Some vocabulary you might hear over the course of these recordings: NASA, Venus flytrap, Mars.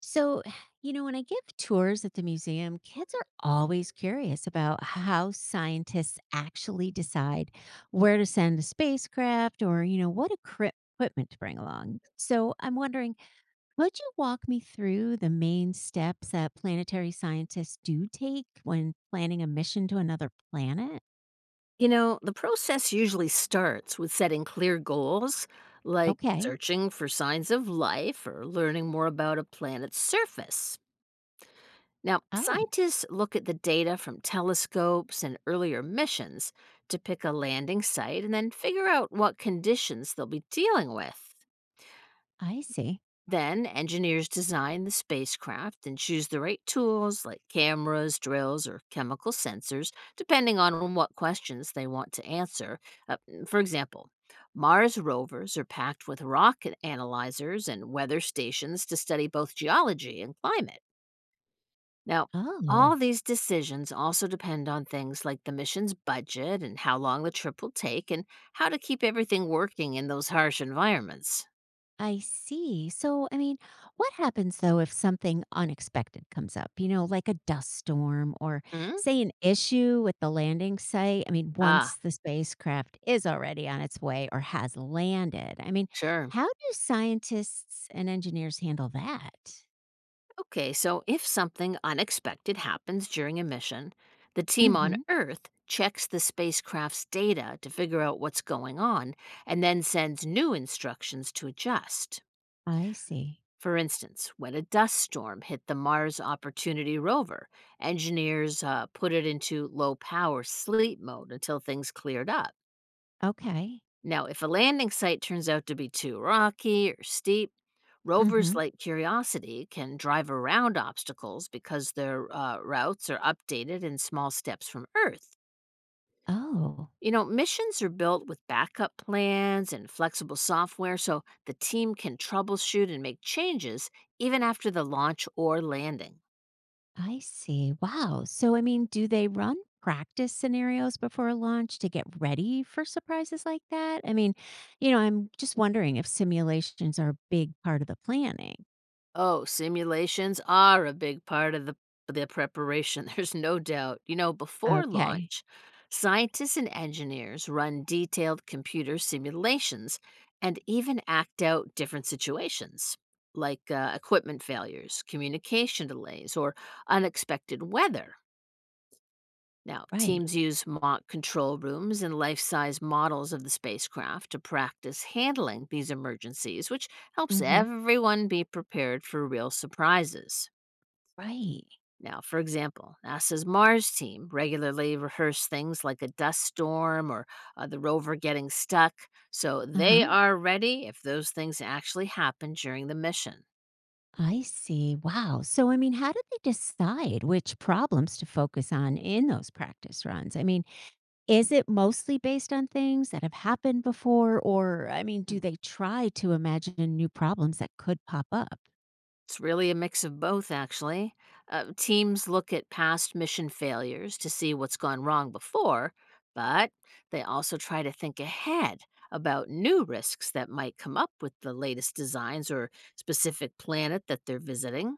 So, when I give tours at the museum, kids are always curious about how scientists actually decide where to send a spacecraft or, what equipment to bring along. So, I'm wondering, would you walk me through the main steps that planetary scientists do take when planning a mission to another planet? You know, the process usually starts with setting clear goals, like Okay. searching for signs of life or learning more about a planet's surface. Now, Oh, scientists look at the data from telescopes and earlier missions to pick a landing site and then figure out what conditions they'll be dealing with. I see. Then, engineers design the spacecraft and choose the right tools like cameras, drills, or chemical sensors, depending on what questions they want to answer. For example, Mars rovers are packed with rock analyzers and weather stations to study both geology and climate. Now, Oh. all these decisions also depend on things like the mission's budget and how long the trip will take and how to keep everything working in those harsh environments. I see. So, what happens though if something unexpected comes up, like a dust storm or Hmm? say an issue with the landing site? I mean, Ah, once the spacecraft is already on its way or has landed, I mean, sure. how do scientists and engineers handle that? Okay, so if something unexpected happens during a mission, the team Mm on hmm. Earth checks the spacecraft's data to figure out what's going on and then sends new instructions to adjust. I see. For instance, when a dust storm hit the Mars Opportunity rover, engineers put it into low power sleep mode until things cleared up. Okay. Now, if a landing site turns out to be too rocky or steep, Mm rovers hmm. like Curiosity can drive around obstacles because their routes are updated in small steps from Earth. Oh, You know, missions are built with backup plans and flexible software so the team can troubleshoot and make changes even after the launch or landing. I see. Wow. So, do they run practice scenarios before launch to get ready for surprises like that? I mean, I'm just wondering if simulations are a big part of the planning. Oh, simulations are a big part of the preparation, there's no doubt. You know, before Okay. launch, scientists and engineers run detailed computer simulations and even act out different situations like equipment failures, communication delays, or unexpected weather. Now, Right. teams use mock control rooms and life size models of the spacecraft to practice handling these emergencies, which helps Mm-hmm. everyone be prepared for real surprises. Right. Now, for example, NASA's Mars team regularly rehearse things like a dust storm or the rover getting stuck, so Uh they huh. are ready if those things actually happen during the mission. I see. Wow. So, how do they decide which problems to focus on in those practice runs? I mean, is it mostly based on things that have happened before? Or, I mean, do they try to imagine new problems that could pop up? It's really a mix of both, actually. Teams look at past mission failures to see what's gone wrong before, but they also try to think ahead about new risks that might come up with the latest designs or specific planet that they're visiting.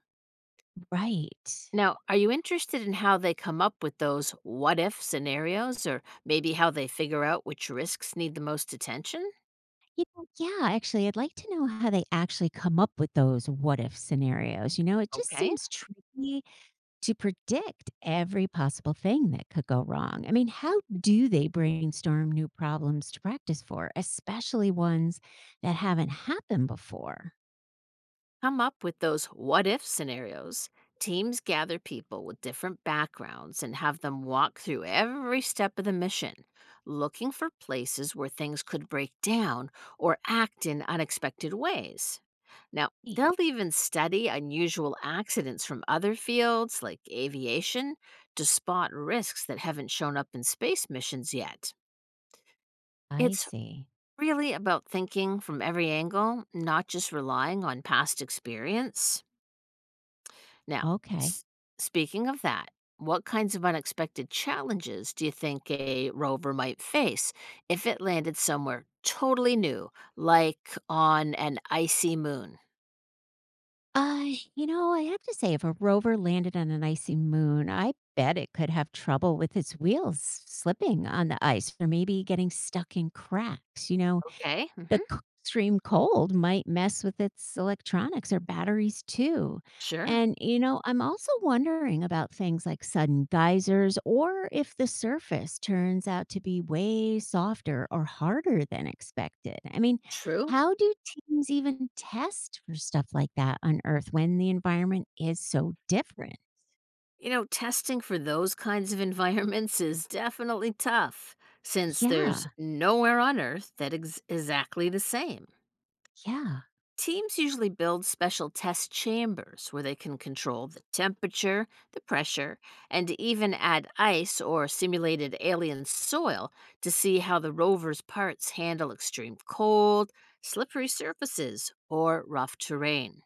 Right. Now, are you interested in how they come up with those what if scenarios or maybe how they figure out which risks need the most attention? Yeah, actually, I'd like to know how they actually come up with those what if scenarios. It just Okay. seems tricky to predict every possible thing that could go wrong. I mean, how do they brainstorm new problems to practice for, especially ones that haven't happened before? Come up with those what if scenarios, teams gather people with different backgrounds and have them walk through every step of the mission, looking for places where things could break down or act in unexpected ways. Now, Mm. they'll even study unusual accidents from other fields like aviation to spot risks that haven't shown up in space missions yet. I It's see. really about thinking from every angle, not just relying on past experience. Now, Okay. s- speaking of that, what kinds of unexpected challenges do you think a rover might face if it landed somewhere totally new, like on an icy moon? Uh, I have to say, if a rover landed on an icy moon, I bet it could have trouble with its wheels slipping on the ice or maybe getting stuck in cracks. You know, Okay, the c- extreme cold might mess with its electronics or batteries too. sure, And, I'm also wondering about things like sudden geysers or if the surface turns out to be way softer or harder than expected. I mean, true. how do teams even test for stuff like that on Earth when the environment is so different? You know, testing for those kinds of environments is definitely tough since there's Yeah, nowhere on Earth that is exactly the same. yeah, Teams usually build special test chambers where they can control the temperature, the pressure, and even add ice or simulated alien soil to see how the rover's parts handle extreme cold, slippery surfaces, or rough terrain.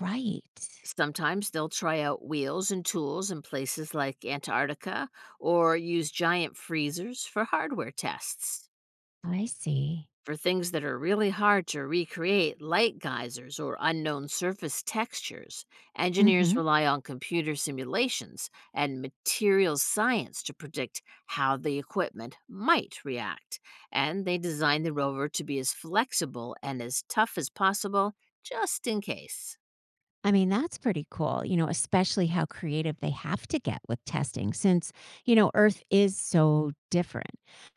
right. Sometimes they'll try out wheels and tools in places like Antarctica or use giant freezers for hardware tests. I see. For things that are really hard to recreate, like geysers or unknown surface textures, Mm engineers hmm rely on computer simulations and materials science to predict how the equipment might react. And they design the rover to be as flexible and as tough as possible, just in case. I mean, that's pretty cool, especially how creative they have to get with testing since Earth is so different.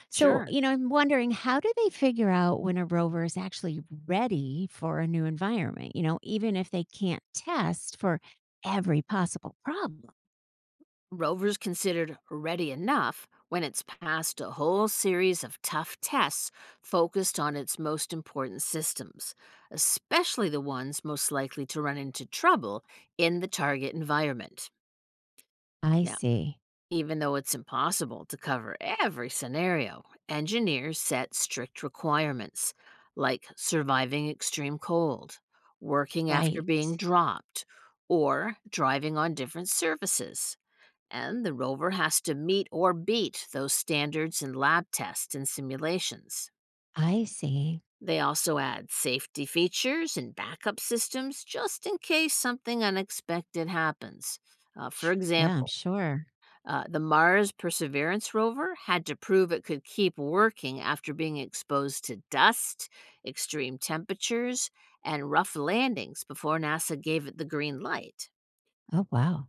So, Sure. I'm wondering how do they figure out when a rover is actually ready for a new environment, even if they can't test for every possible problem? Rover's considered ready enough when it's passed a whole series of tough tests focused on its most important systems, especially the ones most likely to run into trouble in the target environment. I Now, see. even though it's impossible to cover every scenario, engineers set strict requirements like surviving extreme cold, working after Right. being dropped, or driving on different surfaces and the rover has to meet or beat those standards in lab tests and simulations. I see. They also add safety features and backup systems just in case something unexpected happens. Uh, for Yeah, I'm example, sure. uh, the Mars Perseverance rover had to prove it could keep working after being exposed to dust, extreme temperatures, and rough landings before NASA gave it the green light. Oh, wow.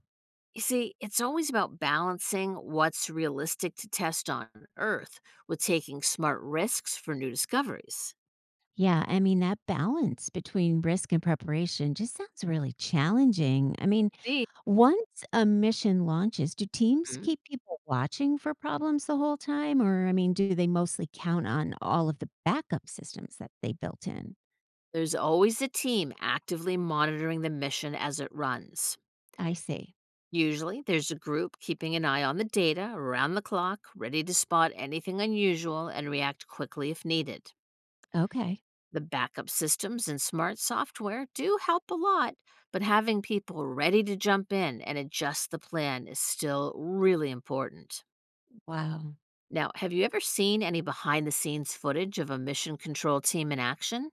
You see, it's always about balancing what's realistic to test on Earth with taking smart risks for new discoveries. Yeah, I mean, that balance between risk and preparation just sounds really challenging. I mean, See. once a mission launches, do teams Mhm. keep people watching for problems the whole time? Or, I mean, do they mostly count on all of the backup systems that they built in? There's always a team actively monitoring the mission as it runs. I see. Usually, there's a group keeping an eye on the data around the clock, ready to spot anything unusual and react quickly if needed. Okay. The backup systems and smart software do help a lot, but having people ready to jump in and adjust the plan is still really important. Wow. Now, have you ever seen any behind the scenes footage of a mission control team in action?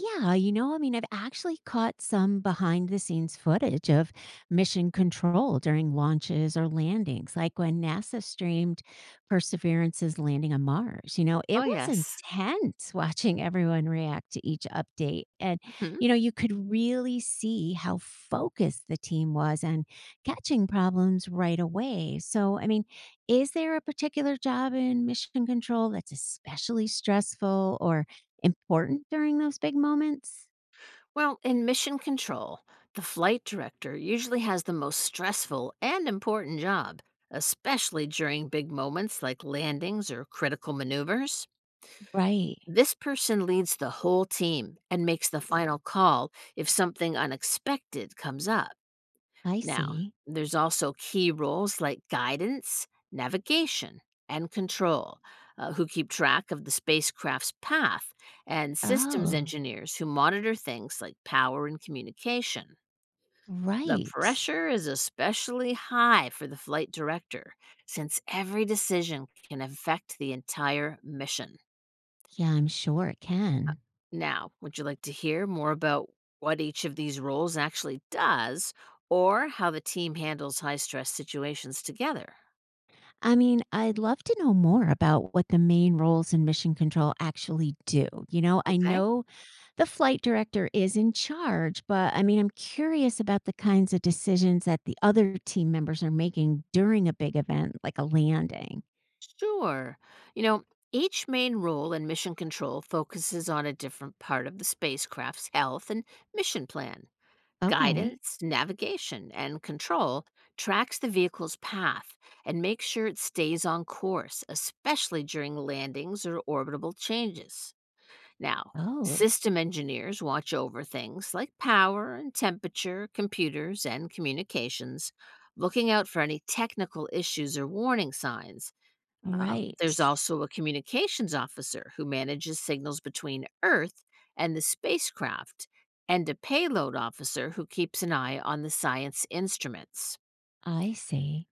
Yeah, I mean, I've actually caught some behind the scenes footage of mission control during launches or landings, like when NASA streamed Perseverance's landing on Mars. It Oh, was yes. intense watching everyone react to each update. And, hmm you could really see how focused the team was and catching problems right away. So, I mean, is there a particular job in mission control that's especially stressful or important during those big moments? Well, in mission control, the flight director usually has the most stressful and important job, especially during big moments like landings or critical maneuvers. Right. This person leads the whole team and makes the final call if something unexpected comes up. I Now, see. there's also key roles like guidance, navigation, and control, who keep track of the spacecraft's path, and systems Oh, engineers who monitor things like power and communication. The right. pressure is especially high for the flight director, since every decision can affect the entire mission. Yeah, I'm sure it can. Now, would you like to hear more about what each of these roles actually does or how the team handles high stress situations together? I mean, I'd love to know more about what the main roles in mission control actually do. I Okay. know the flight director is in charge, but I mean, I'm curious about the kinds of decisions that the other team members are making during a big event like a landing. Sure. You know, each main role in mission control focuses on a different part of the spacecraft's health and mission plan. Okay. Guidance, navigation, and control tracks the vehicle's path and makes sure it stays on course, especially during landings or orbital changes. Now, Oh, system engineers watch over things like power and temperature, computers, and communications, looking out for any technical issues or warning signs. There's right. also a communications officer who manages signals between Earth and the spacecraft, and a payload officer who keeps an eye on the science instruments. I see.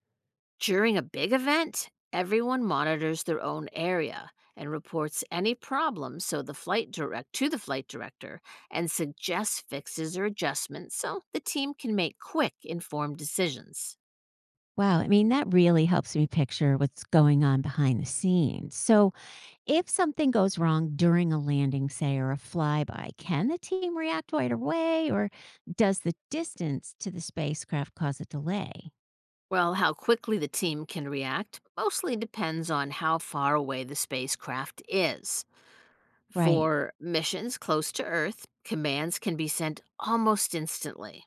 During a big event, everyone monitors their own area and reports any problems so the flight director and suggests fixes or adjustments so the team can make quick informed decisions. Wow, I mean, that really helps me picture what's going on behind the scenes. So, if something goes wrong during a landing, say, or a flyby, can the team react right away, or does the distance to the spacecraft cause a delay? Well, how quickly the team can react mostly depends on how far away the spacecraft is. Right. For missions close to Earth, commands can be sent almost instantly.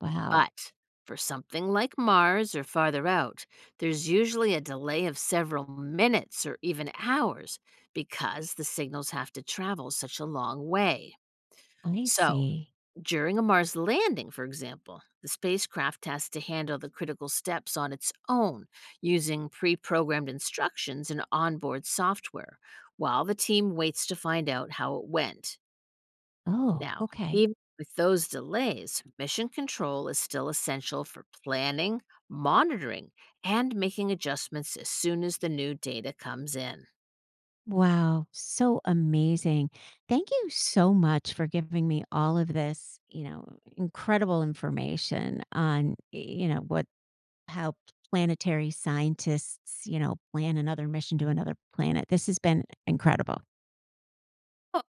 Wow. But for something like Mars or farther out, there's usually a delay of several minutes or even hours because the signals have to travel such a long way. I So, see. during a Mars landing, for example, the spacecraft has to handle the critical steps on its own using pre programmed instructions and onboard software, while the team waits to find out how it went. Oh, Now, okay. even with those delays, mission control is still essential for planning, monitoring, and making adjustments as soon as the new data comes in. Wow. So amazing. Thank you so much for giving me all of this, incredible information on, you know, what how planetary scientists, plan another mission to another planet. This has been incredible.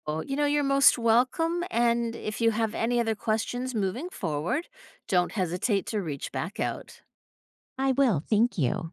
Oh, you know, you're most welcome. And if you have any other questions moving forward, don't hesitate to reach back out. I will. Thank you.